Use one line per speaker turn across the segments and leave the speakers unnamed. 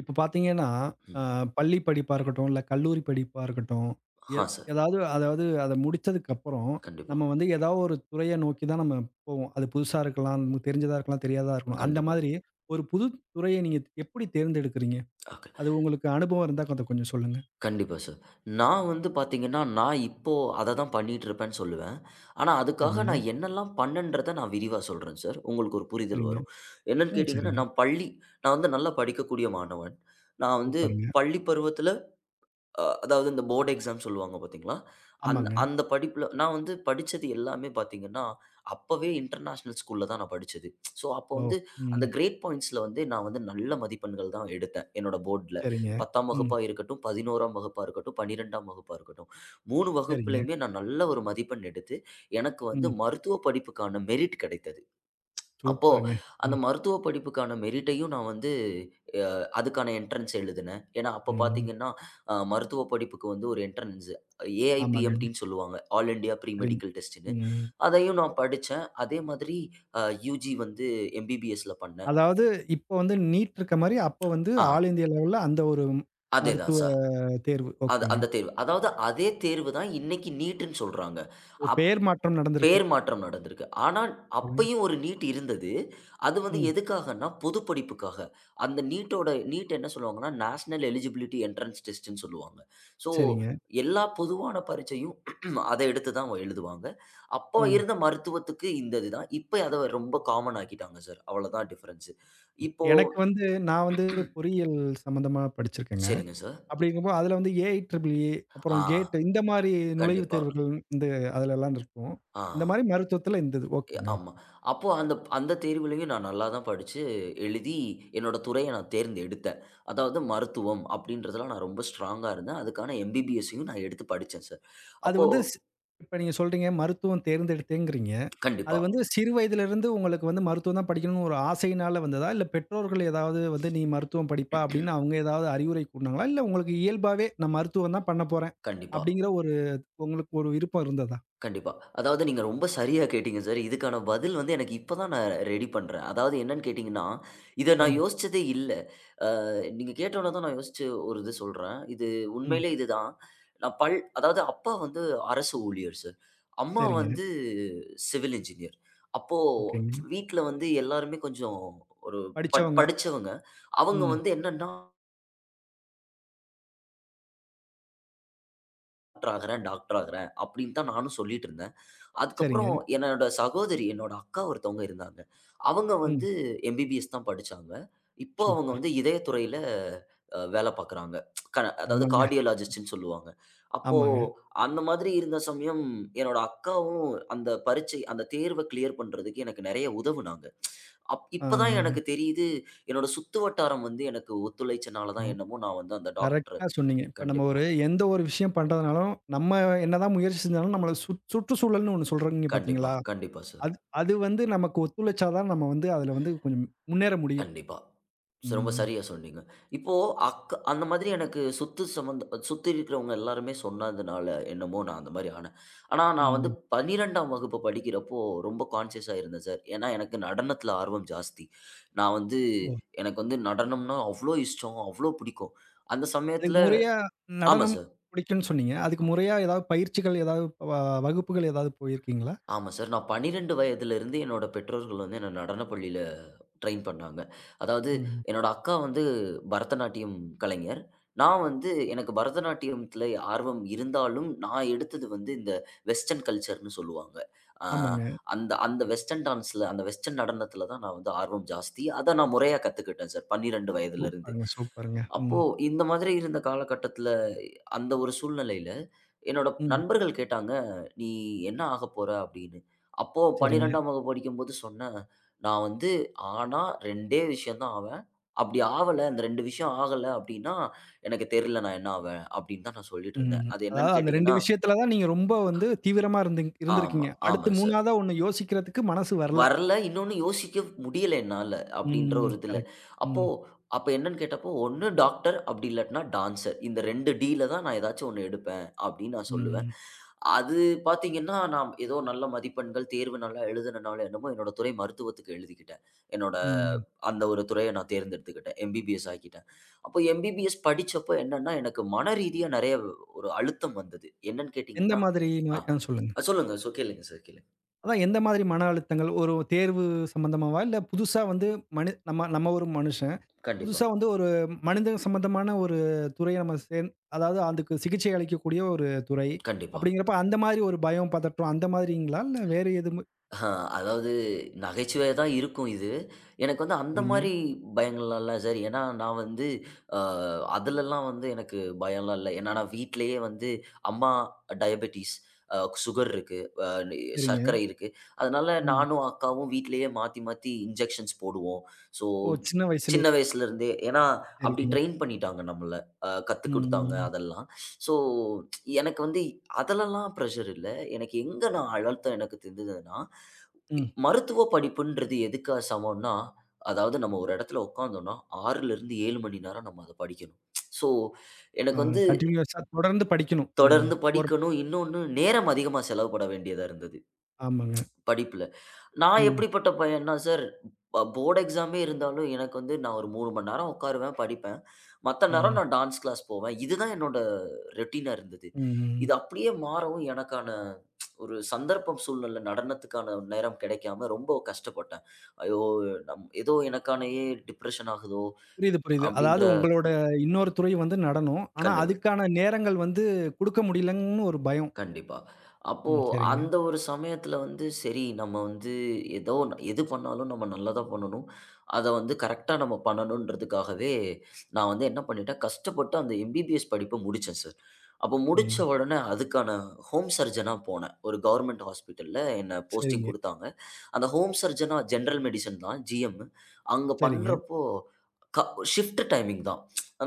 இப்ப பார்த்தீங்கன்னா, அ
ம்.
பள்ளி படிப்பா இருக்கட்டும், இல்ல கல்லூரி படிப்பா இருக்கட்டும், எ
ஆ சார்.
ஏதாவது அதாவது அத முடிச்சதுக்கப்புறம்,
கண்டிப்பா,
நம்ம வந்து ஏதாவது ஒரு துறைய நோக்கி தான் நம்ம போவோம். அது புதுசா இருக்கலாம், நமக்கு தெரிஞ்சதா இருக்கலாம், தெரியாததா இருக்கலாம். அந்த
கண்டிப்பா.
மாதிரி ஒரு புது துறைய நீங்க எப்படி தேர்ந்தெடுக்கிறீங்க?
ஓகே.
அது உங்களுக்கு அனுபவம் இருந்தா அத கொஞ்சம் சொல்லுங்க.
கண்டிப்பா சார். நான் வந்து பார்த்தீங்கன்னா, நான் இப்போ அத தான் பண்ணிட்டுருப்பேன்னு சொல்லுவேன். ஆனா, அதுக்காக
சரிங்க,
நான் என்னெல்லாம் பண்ணேன்றத நான் விரிவா சொல்றேன் சார். உங்களுக்கு ஒரு புரிதல்
சரிங்க.
வரும். என்னன்னு
ம்.
கேட்டீங்கன்னா,
சரிங்க.
நான் வந்து நல்லா படிக்கக்கூடிய மாணவன். நான் வந்து
சூப்பருங்க.
பள்ளி பருவத்தில அதாவது இந்த போர்டு எக்ஸாம் சொல்லுவாங்க பார்த்தீங்களா? அந்
ஆமாங்க.
அந்த படிப்புல நான் வந்து படிச்சது எல்லாமே பார்த்தீங்கன்னா, அப்பவே இன்டர்நேஷனல் ஸ்கூல்ல தான் நான் படிச்சது. ஸோ அப்போ
ஓ!
வந்து அந்த
ம்.
கிரேட் பாயிண்ட்ஸ்ல வந்து நான் வந்து நல்ல மதிப்பெண்கள் தான் எடுத்தேன். என்னோட போர்ட்ல.
சரிங்க.
10ஆம்
ம்.
வகுப்பா இருக்கட்டும், 11ஆம் வகுப்பா இருக்கட்டும், 12ஆம் வகுப்பா இருக்கட்டும். 3
சரிங்க.
வகுப்புலயுமே நான் நல்ல ஒரு மதிப்பெண் எடுத்து, எனக்கு வந்து
ம்.
மருத்துவ படிப்புக்கான மெரிட் கிடைத்தது. அப்போ
சூப்பருங்க.
அந்த
ம்.
மருத்துவ படிப்புக்கான மெரிட்டையும் நான் வந்து அ அதுக்கான என்ட்ரன்ஸ் எழுதினேன். ஏன்னா, அப்ப
ம்.
பார்த்தீங்கன்னா, மருத்துவ படிப்புக்கு வந்து ஒரு என்ட்ரன்ஸ்
ஆமாங்க.
ஏஐபிஎம்டின்னு சொல்லுவாங்க. ஆல் இண்டியா ப்ரீ
சரிங்க.
மெடிக்கல் டெஸ்ட்ன்னு.
ம்.
அதையும் நான் படிச்சேன். அதே மாதிரி அ யுஜி வந்து எம்பிபிஎஸ்ல பண்ணேன்.
அதாவது இப்ப வந்து நீட் இருக்க மாரி, அப்ப வந்து
ஆ
ஆல் இந்தியா லெவல்ல அந்த ஒரு
அதேதான்
மருத்துவ
சார்.
தேர்வு.
அது
ஓகேங்க.
அந்த தேர்வு. அதாவது அதே தேர்வு தான் இன்னைக்கு நீட்ன்னு சொல்றாங்க.
ஓ! பெயர் மாற்றம் நடந்திருக்கு.
பெயர் மாற்றம் நடந்திருக்கு. ஆனா,
சரிங்க.
அப்பயும் ஒரு நீட் இருந்தது. அது வந்து
ம்.
எதுக்காகன்னா, பொது படிப்புக்காக. அந்த நீட்டோட நீட் என்ன சொல்லுவாங்கன்னா, நேஷனல் எலிஜிபிலிட்டி என்ட்ரன்ஸ் டெஸ்ட்ன்னு சொல்லுவாங்க. ஸோ,
சரிங்க.
எல்லா பொதுவான பரீட்சையும் அத எடுத்து தான் எழுதுவாங்க. அப்போ
ம்.
இருந்த மருத்துவத்துக்கு இந்த இதுதான். இப்ப அத ரொம்ப காமன் ஆக்கிட்டாங்க சார். அவ்வளோதான் டிஃபரன்ஸ். இப்போ
எனக்கு வந்து நான் வந்து பொறியியல் சம்மந்தமா படிச்சிருக்கேங்க.
சரிங்க சார்.
அப்படிங்கும்போது அதுல வந்து ஏஐ ட்ரிபிள் இ
ஆ,
அப்புறம் கேட் இந்த மாரி நுழைவுத்
கண்டிப்பா.
தேர்வுகள் இந்த அதுலலாம் இருக்கும்.
ஆ.
இந்த மாரி மருத்துவத்துல இருந்தது. ஓகேங்க. ஓகே.
ஆமா. அப்போ அந்த அந்த தேர்விலயும் நான் நல்லா தான் படிச்சு, எழுதி என்னோட துறைய நான் தேர்ந்தெடுத்தேன். அதாவது மருத்துவம் அப்படின்றதுல நான் ரொம்ப ஸ்ட்ராங்கா இருந்தேன். அதுக்கான எம்பிபிஎஸ்ஸையும் நான் எடுத்து படிச்சேன் சார்.
அது
அப்போ
வந்து இப்ப நீங்க சொல்றீங்க மருத்துவம் தேர்ந்தெடுத்தேங்கிறீங்க. அது
கண்டிப்பா.
வந்து சிறு வயதிலிருந்து உங்களுக்கு வந்து மருத்துவம் தான் படிக்கணும்னு ஒரு ஆசையினால வந்ததா? இல்ல பெற்றோர்கள் ஏதாவது வந்து நீ மருத்துவம் படிப்பா அப்படின்னு அவங்க ஏதாவது அறிவுரை கூறுனாங்களா? இல்ல உங்களுக்கு இயல்பாவே நான் மருத்துவம் தான் பண்ண போறேன்
கண்டிப்பா,
அப்படிங்கிற ஒரு உங்களுக்கு ஒரு விருப்பம் இருந்ததா?
கண்டிப்பா. அதாவது நீங்க ரொம்ப சரியா கேட்டீங்க சார். இதுக்கான பதில் வந்து எனக்கு இப்ப தான் நான் ரெடி பண்றேன். அதாவது என்னன்னு கேட்டீங்கன்னா, இத நான்
ம்,
யோசிச்சதே இல்ல. நீங்க கேட்டோனே தான் நான் யோசிச்சு ஒரு இது சொல்றேன். இது
ம்.
உண்மையிலே இதுதான். நான் பள் அதாவது அப்பா வந்து அரசு ஊழியர் சார். அம்மா
சரிங்க.
வந்து சிவில் இன்ஜினியர். அப்போ
ஓகேங்க.
வீட்ல வந்து எல்லாருமே கொஞ்சம் ஒரு
படிச்சவங்க.
படிச்சவங்க. அவங்க
ம்.
வந்து என்னன்னா, டாக்டர் ஆகுறேன், டாக்டர் ஆகுறேன் அப்படின்னு தான் நானும் சொல்லிட்டு இருந்தேன்.
சரிங்க.
அதுக்கப்புறம் என்னோட சகோதரி, என்னோட அக்கா ஒருத்தவங்க இருந்தாங்க. அவங்க
ம்.
வந்து எம்பிபிஎஸ் தான் படிச்சாங்க. இப்போ அவங்க
சூப்பர்.
வந்து இதய துறையில வேல பார்க்குறாங்க. க அதாவது
செம்மங்க.
கார்டியாலஜிஸ்ட்ன்னு சொல்லுவாங்க. அப்போ
ஆமாங்க.
அந்த மாதிரி இருந்த சமயம், என்னோட அக்காவும் அந்த தேர்வ கிளியர் பண்றதுக்கு எனக்கு நெறைய உதவுனாங்க.
ஆ,
இப்ப தான்
ஆ.
எனக்கு தெரியுது, என்னோட சுத்து வட்டாரம் வந்து எனக்கு ஒத்துழைச்சனால
ஓ!
தான் என்னமோ நான் வந்து அந்த டாக்டர்
கரெக்ட்டா சொன்னீங்க. இப்ப நம்ம
கண்டிப்பா,
ஒரு எந்த ஒரு விஷயம் பண்றதுனாலும், நம்ம என்னதான் முயற்சி செஞ்சாலும் நம்மள சுற்றுச்சூழல்னு ஒண்ணு சொல்றீங்க
கண்டிப்பா,
பார்த்தீங்களா?
கண்டிப்பா சார்.
அது அது வந்து நமக்கு ஒத்துழைச்சா தான் நம்ம வந்து அதுல வந்து கொஞ்சம் முன்னேற முடியும்.
கண்டிப்பா. ரொம்ப
ம்.
சரியா சொன்னீங்க. இப்போ அந்த மாதிரி எனக்கு சுத்து சம்மந்த சுத்தி இருக்கிறவங்க எல்லாருமே சொன்னதுனால என்னமோ நான் அந்த மாரி ஆனேன். ஆனா நான் வந்து
ம்.
12ஆம் வகுப்பு படிக்கிறப்போ ரொம்ப கான்ஷியஸா இருந்தேன் சார். ஏன்னா எனக்கு நடனத்தில ஆர்வம் ஜாஸ்தி. நான் வந்து
ஓ!
எனக்கு வந்து நடனம்னா அவ்ளோ இஷ்டம், அவ்ளோ பிடிக்கும். அந்த
அதுக்கு
சமயத்தில
முறையா
ஆமா
நடனம்
சார்.
பிடிக்கும்னு சொன்னீங்க. அதுக்கு முறையா ஏதாவது பயிற்சிகள் ஏதாவது வ வகுப்புகள் ஏதாவது போயிருக்கீங்களா?
ஆமா சார். நான் 12 வயதிலிருந்து என்னோட பெற்றோர்கள் வந்து என்ன நடனப் பள்ளியில ட்ரெயின் பண்ணாங்க. அதாவது
ம்.
என்னோட அக்கா வந்து பரதநாட்டியம் கலைஞர். நான் வந்து எனக்கு பரதநாட்டியத்தில ஆர்வம் இருந்தாலும், நான் எடுத்தது வந்து இந்த வெஸ்டர்ன் கல்ச்சர்ன்னு சொல்லுவாங்க. அ
ஆமாங்க.
அந்த அந்த வெஸ்டர்ன் டான்ஸ்ல அந்த வெஸ்டர்ன் நடனத்தில தான் நான் வந்து ஆர்வம் ஜாஸ்தி. அத நான் முறையா கத்துக்கிட்டேன் சார் 12 வயதிலிருந்து.
சூப்பருங்க, சூப்பருங்க.
அப்போ
ம்.
இந்த மாதிரி இருந்த காலகட்டத்தில அந்த ஒரு சூழ்நிலையில, என்னோட
ம்.
நண்பர்கள் கேட்டாங்க, "நீ என்ன ஆகப் போற?" அப்படின்னு. அப்போ
சரிங்க.
12ஆம் வகுப்பு படிக்கும்போது சொன்னேன், "நான் வந்து ஆனா 2டே விஷயம் தான் ஆவேன். அப்படி ஆவல, அந்த 2 விஷயம் ஆகல அப்படின்னா, எனக்கு தெரியல நான் என்ன ஆவேன்." அப்படின்னு தான் நான் சொல்லிட்டு இருந்தேன்.
ம்.
அது
அதாவது
என்னன்னு
அந்த 2
கேட்டீங்கன்னா
விஷயத்துல தான் நீங்க ரொம்ப வந்து தீவிரமா
ஆமா,
இருந்திருக்கீங்க. அடுத்து
ஆமா சார்.
3வதா ஒண்ணு யோசிக்கிறதுக்கு மனசு வரல.
வரல. இன்னொன்னு யோசிக்க முடியல என்னால. அப்படின்ற
ம்.
ஒரு இதுல.
கரெக்ட்.
அப்போ
ம்.
அப்ப என்னன்னு கேட்டப்போ, ஒண்ணு டாக்டர் அப்படி இல்லாட்டினா டான்சர். இந்த 2 டீல தான் நான் ஏதாச்சும் ஒண்ணு எடுப்பேன் அப்படின்னு நான் சொல்லுவேன்.
ம்.
அது பார்த்தீங்கன்னா, நான் ஏதோ நல்ல மதிப்பெண்கள், தேர்வு நல்லா எழுதுனனால என்னமோ என்னோட துறை மருத்துவத்துக்கு எழுதிக்கிட்டேன். என்னோட
ம்.
அந்த ஒரு துறைய நான் தேர்ந்தெடுத்துக்கிட்டேன். எம்பிபிஎஸ் ஆக்கிட்டேன். அப்போ எம்பிபிஎஸ் படிச்சப்போ என்னன்னா, எனக்கு மன ரீதியா நெறைய ஒரு அழுத்தம் வந்தது. என்னன்னு
எந்த
கேட்டீங்கன்னா
மாதிரி
ஆ
நோய்? ஆ சொல்லுங்க.
சொல்லுங்க. கேளுங்க சார் கேளுங்க.
அதான் எந்த மாதிரி மன அழுத்தங்கள்? ஒரு தேர்வு சம்மந்தமாவா? இல்ல புதுசா வந்து மனி நம்ம நம்ம ஒரு மனுஷன்.
கண்டிப்பா,
புதுசா வந்து ஒரு மனித சம்மந்தமான ஒரு துறைய நம்ம சேந் அதாவது அதுக்கு சிகிச்சை அளிக்கக்கூடிய ஒரு துறை.
கண்டிப்பா.
அப்படிங்கிறப்ப அந்த மாதிரி ஒரு பயம், பதற்றம் அந்த மாதிரிங்களா? இல்ல வேற எதுவும்
ஆஹா, அதாவது நகைச்சுவையா தான் இருக்கும் இது. எனக்கு வந்து அந்த
சரிங்க,
மாரி பயங்கள்லாம் இல்ல சார். ஏன்னா, நான் வந்து அ அதுலலாம் வந்து எனக்கு பயம்லாம் இல்ல. ஏன்னா, நான் வீட்லயே வந்து அம்மா டயபெட்டிஸ், அ சுகர் இருக்கு, அ
சரிங்க.
சர்க்கரை இருக்கு. அதனால
ம்.
நானும், அக்காவும் வீட்லயே மாத்தி மாத்தி இன்ஜெக்ஷன்ஸ் போடுவோம். ஸோ,
ஓ! சின்ன வயசுலயே.
சின்ன வயசுலருந்தே ஏன்னா, அப்படி
சரிங்க.
ட்ரெயின் பண்ணிட்டாங்க நம்மள. கத்துக்
ம்,
குடுத்தாங்க
ம்,
அதெல்லாம். ஸோ, எனக்கு வந்து அதுலலாம் ப்ரெஷர் இல்ல. எனக்கு எங்க நான் அழுத்தம் எனக்கு தெரிஞ்சதுன்னா,
ம்.
மருத்துவ படிப்புன்றது எதுக்கா சமம்னா, அதாவது நம்ம ஒரு இடத்துல உட்கார்ந்தோம்னா, 6லருந்து 7 மணி நேரம் நம்ம அத படிக்கணும். ஸோ,
ஆ
எனக்கு வந்து
கன்டினியூஸா தொடர்ந்து படிக்கணும். ம்.
தொடர்ந்து
ஒரு
படிக்கணும். இன்னொன்னு நேரம் அதிகமா செலவுபட வேண்டியதா இருந்தது,
ஆமாங்க.
படிப்புல. நான்
ம்,
எப்படிப்பட்ட பையன்னா, சார் போர்டு எக்ஸாமே இருந்தாலும் எனக்கு வந்து நான் ஒரு 3 மணி நேரம் உட்காருவேன், படிப்பேன். மத்த நேரம்
ம்,
நான் டான்ஸ் கிளாஸ் போவேன். இதுதான் என்னோட ரொட்டீனா இருந்தது.
ம், ம்.
இது அப்படியே மாறவும் எனக்கான ஒரு சந்தர்ப்பம் சூழ்நிலை நடனத்துக்கான நேரம் கிடைக்காம ரொம்ப கஷ்டப்பட்டேன். ஐயோ! ஏதோ எனக்கானயே டிப்ரஷன் ஆகுதோ!
புரியுது, புரியுது.
அப்படின்ற
அதாவது உங்களோட இன்னொரு துறை வந்து நடனம். ஆனா,
கண்டு
அதுக்கான நேரங்கள் வந்து குடுக்க முடியலன்னு ஒரு பயம்.
கண்டிப்பா. அப்போ
ம். சரிங்க.
அந்த ஒரு சமயத்துல வந்து சரி நம்ம வந்து ஏதோ ஒண்ணு- எது பண்ணாலும் நம்ம நல்லதா பண்ணணும். அத வந்து கரெக்ட்டா நம்ம பண்ணணுன்றதுக்காகவே, நான் வந்து என்ன பண்ணிட்டேன், கஷ்டப்பட்டு அந்த எம்பிபிஎஸ் படிப்ப முடிச்சேன் சார். அப்போ முடிச்ச
ம்.
உடனே அதுக்கான ஹோம் சர்ஜனா போனேன். ஒரு கவர்ன்மெண்ட் ஹாஸ்பிட்டல்ல என்ன போஸ்டிங்
சரிங்க,
குடுத்தாங்க. அந்த ஹோம் சர்ஜனா ஜெனரல் மெடிசின் தான் ஜிஎம். அங்க
சரிங்க.
பண்றப்போ க ஷிஃப்ட் டைமிங் தான்.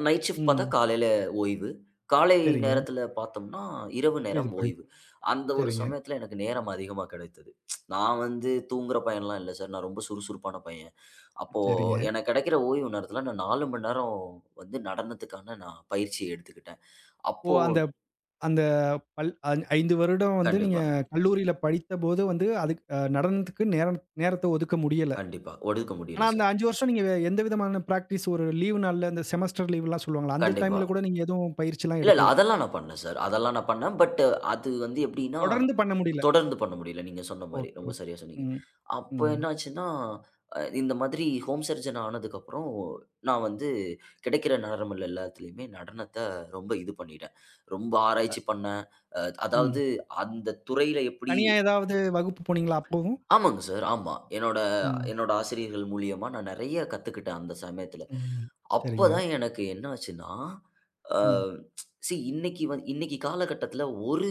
நைட் ஷிஃப்ட் பார்த்தா
ம்.
காலையில ஓய்வு. காலை
சரிங்க.
நேரத்தில பார்த்தோம்னா, இரவு
புரியுது,
நேரம் ஓய்வு.
புரியுது.
அந்த ஒரு
சரிங்க,
சமயத்தில எனக்கு நேரம் அதிகமா கிடைத்தது. நான் வந்து தூங்குற பையன்லாம் இல்ல சார். நான் ரொம்ப சுறுசுறுப்பான பையன். அப்போ
சரிங்க.
எனக்கு கிடைக்கிற ஓய்வு நேரத்தில நான் 4 மணி நேரம் வந்து நடனத்துக்கான நான் பயிற்சி எடுத்துக்கிட்டேன்.
ஓ!
அப்போ
அந்த அந்த பல் அஞ் 5 வருடம் வந்து நீங்க
கண்டிப்பா,
கல்லூரியில படித்தபோது வந்து அதுக்கு நடனத்துக்கு நேரம் நேரத்த ஒதுக்க முடியல.
கண்டிப்பா. ஒதுக்க
ஆனா,
முடியல
அந்த
சார்.
5 வருஷம் நீங்க எந்த விதமான பிராக்டிஸ் ஒரு லீவ் நாள்ல இந்த செமஸ்டர் லீவ்லாம் சொல்லுவாங்கல்ல, அந்த
கண்டிப்பா.
டைம்ல கூட நீங்க எதுவும் பயிற்சிலாம்
இல்ல, இல்ல.
எடுக்கல.
அதெல்லாம் நான் பண்ணேன் சார். அதெல்லாம் நான் பண்ணேன். பட் அது வந்து எப்படின்னா,
தொடர்ந்து பண்ண முடியல.
தொடர்ந்து பண்ண முடியல. நீங்க சொன்ன மாரி.
ஓகே,
ரொம்ப
ஓகே.
சரியா சொன்னீங்க.
ம்.
அப்போ
ம்.
என்னாச்சுன்னா, இந்த மாதிரி ஹோம் சர்ஜன் ஆனதுக்கப்புறம், நான் வந்து கிடைக்கிற நேரங்கள் எல்லாத்துலயுமே நடனத்த ரொம்ப இது பண்ணிட்டேன். ரொம்ப ஆராய்ச்சி பண்ணேன். அ
ம்.
அதாவது அந்த துறையில எப்படி
தனியா ஏதாவது வகுப்பு போனீங்களா அப்பவும்?
ஆமாங்க சார். ஆமா. என்னோட
ம்.
என்னோட ஆசிரியர்கள் மூலியமா நான் நெறைய கத்துக்கிட்டேன் அந்த சமயத்துல.
ம். சரிங்க.
அப்பதான் எனக்கு என்ன ஆச்சுன்னா, அ
ம்.
இன்னைக்கு காலகட்டத்துல ஒரு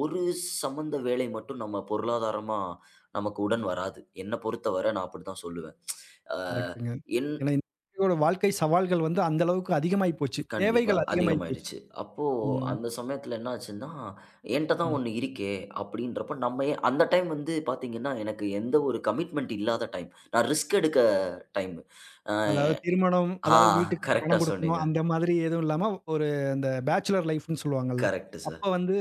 ஒரு சம்மந்த வேலை மட்டும் நம்ம பொருளாதாரமா நமக்கு உடன் வராது. என்ன பொறுத்தவரை நான் அப்படித்தான் சொல்லுவேன். அ
கரெக்ட்டுங்க.
என்
ஏன்னா இன்னையோட வாழ்க்கை சவால்கள் வந்து அந்த அளவுக்கு அதிகமாயி போச்சு.
கண்டிப்பா.
தேவைகள் அதிகமாயி போச்சு.
அதிகமாயிடுச்சு. அப்போ
ம்.
அந்த சமயத்துல என்ன ஆச்சுன்னா, "என்ட்ட தான்
ம்.
ஒண்ணு இருக்கே!" அப்படின்றப்ப நம்ம ஏன் அந்த டைம் வந்து பாத்தீங்கன்னா, எனக்கு எந்த ஒரு கமிட்மெண்ட் இல்லாத டைம். நான் ரிஸ்க் எடுக்க டைமு. அ
அதாவது திருமணம்,
ஆ
அதாவது வீட்டுக்கு
கரெக்ட்டா
பணம் குடுக்கணும்.
சொன்னீங்க.
அந்த மாதிரி எதுவும் இல்லாம ஒரு அந்த பேச்சுலர் லைஃப்ன்னு சொல்லுவாங்கல்ல.
கரெக்ட்டு
அப்ப
சார்.
வந்து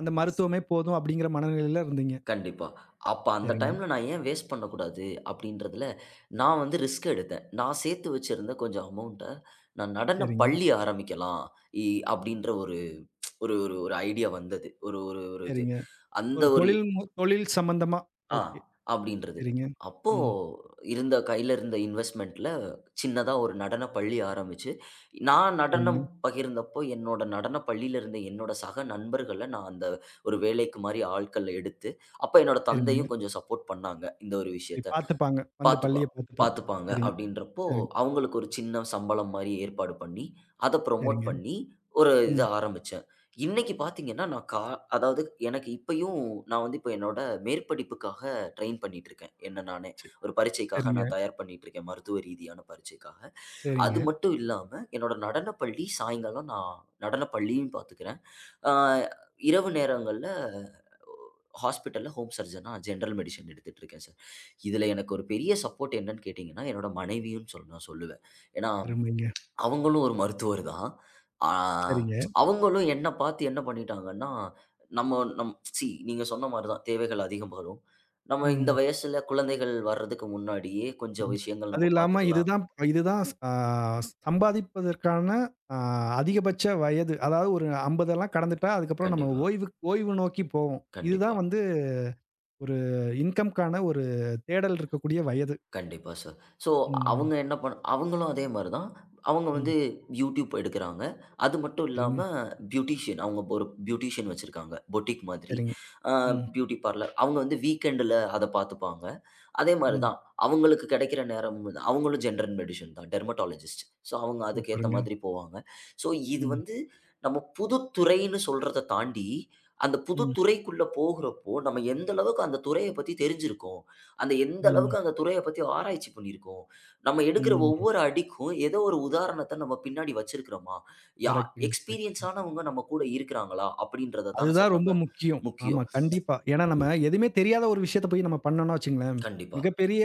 அந்த மருத்துவமே போதும் அப்படிங்கிற மனநிலையில இருந்தீங்க.
கண்டிப்பா. அப்ப அந்த
சரிங்க,
டைம்ல நான் ஏன் வேஸ்ட் பண்ணக்கூடாது அப்படின்றதுல, நான் வந்து ரிஸ்க் எடுத்தேன். நான் சேர்த்து வச்சிருந்த கொஞ்சம் அமௌண்ட்ட நான் நடன
சரிங்க,
பள்ளி ஆரம்பிக்கலாம். இ அப்படின்ற ஒரு ஒரு ஐடியா வந்தது. ஒரு ஒரு ஒரு இது.
சரிங்க.
அந்த
ஒரு
ஒரு
தொழில் சம்பந்தமா.
ஆ.
ஓகே.
அப்படின்றது.
சரிங்க.
அப்போ
ம்.
இருந்த கையில இருந்த இன்வெஸ்ட்மென்ட்ல சின்னதா ஒரு நடனப் பள்ளி ஆரம்பிச்சு, நான் நடனம்
சரிங்க,
பகிர்ந்தப்போ என்னோட நடனப் பள்ளியில இருந்த என்னோட சக நண்பர்கள நான் அந்த ஒரு வேலைக்கு மாரி ஆட்கள எடுத்து, அப்ப என்னோட
சரிங்க.
தந்தையும் கொஞ்சம் சப்போர்ட் பண்ணாங்க, இந்த ஒரு
சரி
விஷயத்துல.
பார்த்துப்பாங்க. வந்து
பார்த்துக்குவா
பள்ளிய பார்த்துப்பாங்க.
பார்த்துப்பாங்க
சரிங்க.
அப்படின்றப்போ,
சரி,
அவங்களுக்கு ஒரு சின்ன சம்பளம் மாரி ஏற்பாடு பண்ணி, அத ப்ரமோட்
சரிங்க.
பண்ணி ஒரு இத
ம்.
ஆரம்பிச்சேன். இன்னைக்கு பார்த்தீங்கன்னா, நான் கா அதாவது எனக்கு இப்பயும் நான் வந்து இப்ப என்னோட மேற்படிப்புக்காக ட்ரெயின் பண்ணிட்டுருக்கேன். என்ன நானே.
ச
ஒரு பரீட்சைக்காக
சரிங்க,
நான் தயார் பண்ணிட்டுருக்கேன். மருத்துவ ரீதியான பரீட்சைக்காக. அது
சரிங்க.
மட்டும் இல்லாம, என்னோட நடனப்பள்ளி சாயங்காலம் நான் நடனப்பள்ளியும் பார்த்துக்கிறேன். ஆ இரவு நேரங்கள்ல ஹாஸ்பிட்டல்ல ஹோம் சர்ஜனா ஜெனரல் மெடிசின் எடுத்துட்டு இருக்கேன் சார். இதுல எனக்கு ஒரு பெரிய சப்போர்ட் என்னன்னு கேட்டீங்கன்னா, என்னோட மனைவியும் நான் சொல்லுவேன். ஏன்னா,
அருமைங்க.
அவங்களும் ஒரு மருத்துவர் தான். ஆ
சரிங்க.
அவங்களும் என்ன பார்த்து என்ன பண்ணிட்டாங்கன்னா, நம்ம நம் சி நீங்க சொன்ன மாரி தான் தேவைகள் அதிகம் வரும். நம்ம இந்த
ம்.
வயசுல குழந்தைகள் வர்றதுக்கு முன்னாடியே கொஞ்சம்
ம்.
விஷயங்கள்
அது
நம்ம
இல்லாம
பார்த்துக்கலாம்.
இதுதான் இதுதான் ஆ சம்பாதிப்பதற்கான அ அதிகபட்ச வயது. அதாவது ஒரு 50 கடந்துட்டா, அதுக்கப்புறம் நம்ம
கண்டிப்பா,
ஓய்வு ஓய்வு நோக்கி போவோம். இதுதான்
கண்டிப்பா.
வந்து ஒரு இன்கம்க்கான ஒரு தேடல் இருக்கக்கூடிய வயது.
கண்டிப்பா சார். ஸோ
ம்.
அவங்க என்ன பண் அவங்களும் அதே மாரி தான். அவங்க
ம்.
வந்து யூடியூப் எடுக்குறாங்க. அது மட்டும் இல்லாம
சரிங்க,
பியூட்டிஷியன் அவங்க ஒரு பியூட்டிஷியன் வச்சிருக்காங்க. பொட்டிக் மாதிரி.
சரிங்க.
அ
ம்.
Beauty parlour. அவங்க வந்து வீக்கெண்டுல அத பார்த்துப்பாங்க. அதே மாரி
ம்.
தான். அவங்களுக்கு கிடைக்கிற நேரமும் தான். அவங்களும் ஜென்ரல் மெடிஷின் தான். டெர்மடாலஜிஸ்ட். ஸோ, அவங்க அதுக்கேத்த
சூப்பருங்க.
மாதிரி போவாங்க. ஸோ, இது
ம்.
வந்து நம்ம புதுத்துறைன்னு சொல்றத தாண்டி, அந்த புது
ம்.
துறைக்குள்ள போகுறப்போ, நம்ம எந்த அளவுக்கு அந்த துறைய பத்தி தெரிஞ்சிருக்கோம். அந்த எந்த
ம்.
அளவுக்கு அந்த துறைய பத்தி ஆராய்ச்சி பண்ணியிருக்கோம். நம்ம எடுக்கிற
ம்.
ஒவ்வொரு அடிக்கும் ஏதோ ஒரு உதாரணத்த நம்ம பின்னாடி வச்சிருக்கிறோமா? யா
கரெக்ட்டுங்க. கரெக்ட்.
எக்ஸ்பீரியன்ஸ் ஆனவங்க நம்ம கூட இருக்கிறாங்களா? அப்படின்றத தானே
அதுதான்
சார்
ரொம்ப
நம்ம
முக்கியம். ஆமா,
முக்கியம்.
கண்டிப்பா. ஏன்னா நம்ம எதுவுமே தெரியாத ஒரு விஷயத்த போய் நம்ம பண்ணோம்னா வச்சுக்கங்களேன்,
கண்டிப்பா,
மிகப்பெரிய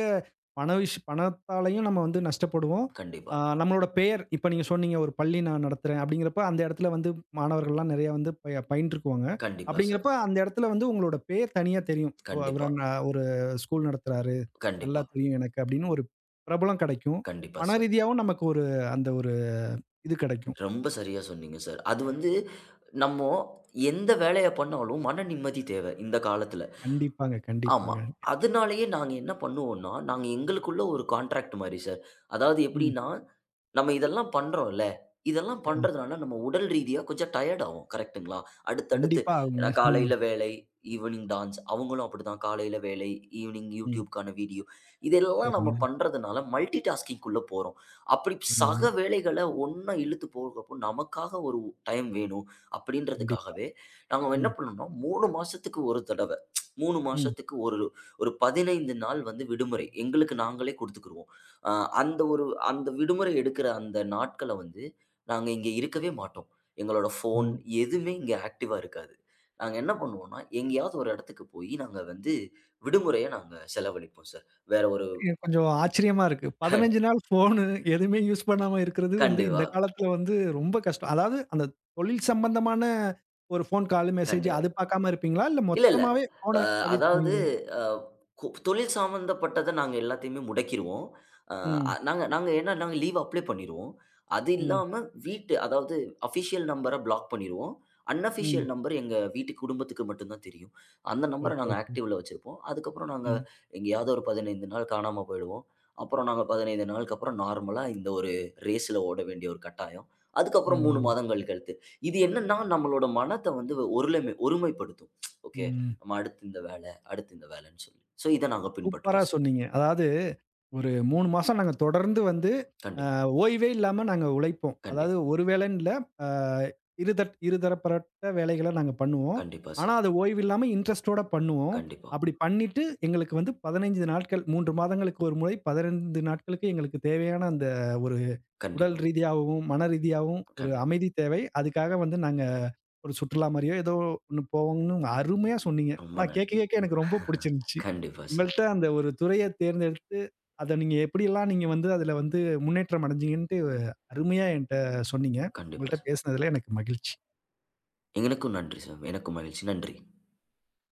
பண விஷ் பணத்தாலயும் நம்ம வந்து நஷ்டப்படுவோம்.
கண்டிப்பா,
ஆ நம்மளோட பெயர் இப்ப நீங்க சொன்னீங்க ஒரு பள்ளி நான் நடத்துறேன் அப்படிங்கிறப்ப, அந்த இடத்துல வந்து மாணவர்கள்லாம் நிறைய வந்து பயின்றுக்குவாங்க.
கண்டிப்பா சார்.
அப்படிங்கிறப்ப அந்த இடத்துல வந்து உங்களோட பெயர் தனியா தெரியும். ஓ! அவரு
கண்டிப்பா.
ஒரு ஸ்கூல் நடத்துறாரு, நல்லா
கண்டிப்பா,
தெரியும் எனக்கு அப்படின்னு ஒரு பிரபலம் கிடைக்கும்.
கண்டிப்பா
பண
சார்.
ரீதியாவும் நமக்கு ஒரு அந்த ஒரு இது கிடைக்கும்.
ரொம்ப சரியா சொன்னீங்க சார். அது வந்து நம்மோ எந்த வேலைய பண்ணாலும் மன நிம்மதி தேவை, இந்த காலத்துல.
கண்டிப்பாங்க,
ஆமா.
கண்டிப்பாங்க.
அதனாலேயே நாங்க என்ன பண்ணுவோம்னா, நாங்க எங்களுக்குள்ள ஒரு கான்ட்ராக்ட் மாரி சார். அதாவது
ம்.
எப்படின்னா நம்ம இதெல்லாம் பண்றோம்ல. இதெல்லாம்
அ
பண்றதுனால நம்ம உடல் ரீதியா கொஞ்சம் டயர்ட் ஆவோம். கரெக்ட்டுங்களா? அடுத்தடுத்து
கண்டிப்பா
ஏன்னா
ஆகுங்க. ம்.
காலையில வேலை, ஈவினிங் டான்ஸ். அவங்களும் அப்படிதான் காலையில வேலை, ஈவினிங்
ம்.
YouTubeக்கான வீடியோ. இதெல்லாம் நம்ம
சரிங்க.
பண்றதுனால மல்டி டாஸ்கிங்குள்ள போறோம். அப்படி சக
ஆமாமா.
வேலைகள ஒண்ணா இழுத்து போகப்போ நமக்காக ஒரு டைம் வேணும்
கண்டிப்பா.
அப்படின்றதுக்காகவே, நாங்க என்ன
ம்.
பண்ணோம்னா 3
ம்.
மாசத்துக்கு ஒரு ஒரு 15 நாள் வந்து விடுமுறை எங்களுக்கு நாங்களே குடுத்துக்குருவோம். அ அந்த ஒரு அந்த விடுமுறை எடுக்கிற அந்த நாட்கள வந்து, நாங்க இங்க இருக்கவே மாட்டோம். எங்களோட ஃபோன்
ம்.
எதுவுமே இங்க ஆக்டிவா இருக்காது. நாங்க என்ன பண்ணுவோம்னா, எங்கேயாவது ஒரு இடத்துக்கு போயி நாங்க வந்து விடுமுறைய நாங்க செலவழிப்போம் சார். வேற ஒரு
எனக்கு கொஞ்சம் ஆச்சரியமா இருக்கு.
க
15 நாள் ஃபோனு எதுவுமே யூஸ் பண்ணாம இருக்கிறது வந்து இந்த
கண்டிப்பா,
காலத்துல வந்து ரொம்ப கஷ்டம். அதாவது அந்த தொழில் சம்பந்தமான ஒரு ஃபோன் கால், மெசேஜ் அது
கண்டிப்பா.
பார்க்காம இருப்பீங்களா? இல்ல
இல்ல, இல்ல.
மொத்தமாவே ஃபோன
அ அதாவது
தவிர்த்துருவீங்களா?
அ தொழில் சம்மந்தப்பட்டத நாங்க எல்லாத்தையுமே முடக்கிருவோம். அ
ம்.
நாங்க நாங்க ஏன்னா நாங்க லீவ் அப்ளை பண்ணிருவோம். அது
ம்.
இல்லாம வீட்டு அதாவது அஃபிஷியல் நம்பர பிளாக் பண்ணிருவோம். அன்அஃபிஷியல்
ம்.
நம்பர் எங்க வீட்டு குடும்பத்துக்கு மட்டும் தான் தெரியும். அந்த நம்பர
ஓகே,
நாங்க
ஓகே.
ஆக்டிவ்ல வச்சிருப்போம். அதுக்கப்புறம் நாங்க
ம்.
எங்கேயாவது ஒரு 15 நாள் காணாம போயிடுவோம். அப்புறம் நாங்க 15 நாளுக்கு அப்புறம் நார்மலா இந்த ஒரு ரேஸ்ல ஓட வேண்டிய ஒரு கட்டாயம். அதுக்கப்புறம் 3
ம்.
மாதங்கள் கழித்து. இது என்னன்னா நம்மளோட மனத்த வந்து ஒருமைப்படுத்தும்.
ம்.
நம்ம அடுத்து இந்த வேலை, அடுத்து இந்த வேலைன்னு சொல்லி. ஸோ, இத நாங்க
சூப்பரா
பின்பற்றுறோம் சார்.
சொன்னீங்க. அதாவது ஒரு 3 மாசம் நாங்க தொடர்ந்து வந்து
கண்டிப்பா,
ஓய்வே இல்லாம நாங்க உழைப்போம். அதாவது
கண்டிப்பா,
ஒரு வேளைன்னு இல்ல. அ இருதட் இருதரப்பரட்ட வேலைகள நாங்க பண்ணுவோம்.
கண்டிப்பா
ஆனா,
சார்.
அது ஓய்வில்லாம இன்ட்ரஸ்ட்டோட பண்ணுவோம்.
கண்டிப்பா,
அப்படி பண்ணிட்டு எங்களுக்கு வந்து 15 நாட்கள் 3 மாதங்களுக்கு ஒரு முறை 15 நாட்களுக்கு எங்களுக்கு தேவையான அந்த ஒரு உடல்
கண்டிப்பா,
ரீதியாகவும், மன ரீதியாவும் ஒரு
கண்டிப்பா.
அமைதி தேவை. அதுக்காக வந்து நாங்க ஒரு சுற்றுலா மாரியோ ஏதோ ஒண்ணு போவோம்ன்னு அருமையா சொன்னீங்க.
ரொம்ப
ஆனா கேட்க
நன்றி.
கேட்க எனக்கு ரொம்ப புடிச்சிருந்துச்சு.
கண்டிப்பா சார்.
உங்கள்ட்ட அந்த ஒரு துறைய தேர்ந்தெடுத்து, அத நீங்க எப்படியெல்லாம் நீங்க வந்து அதுல வந்து முன்னேற்றம் அடைஞ்சீங்கன்ட்டு அருமையா என்ட்ட சொன்னீங்க.
கண்டிப்பா
உங்கள்ட்ட
சார்.
பேசினதுல எனக்கு மகிழ்ச்சி.
எங்களுக்கும் நன்றி சார். எனக்கும் மகிழ்ச்சி. நன்றி.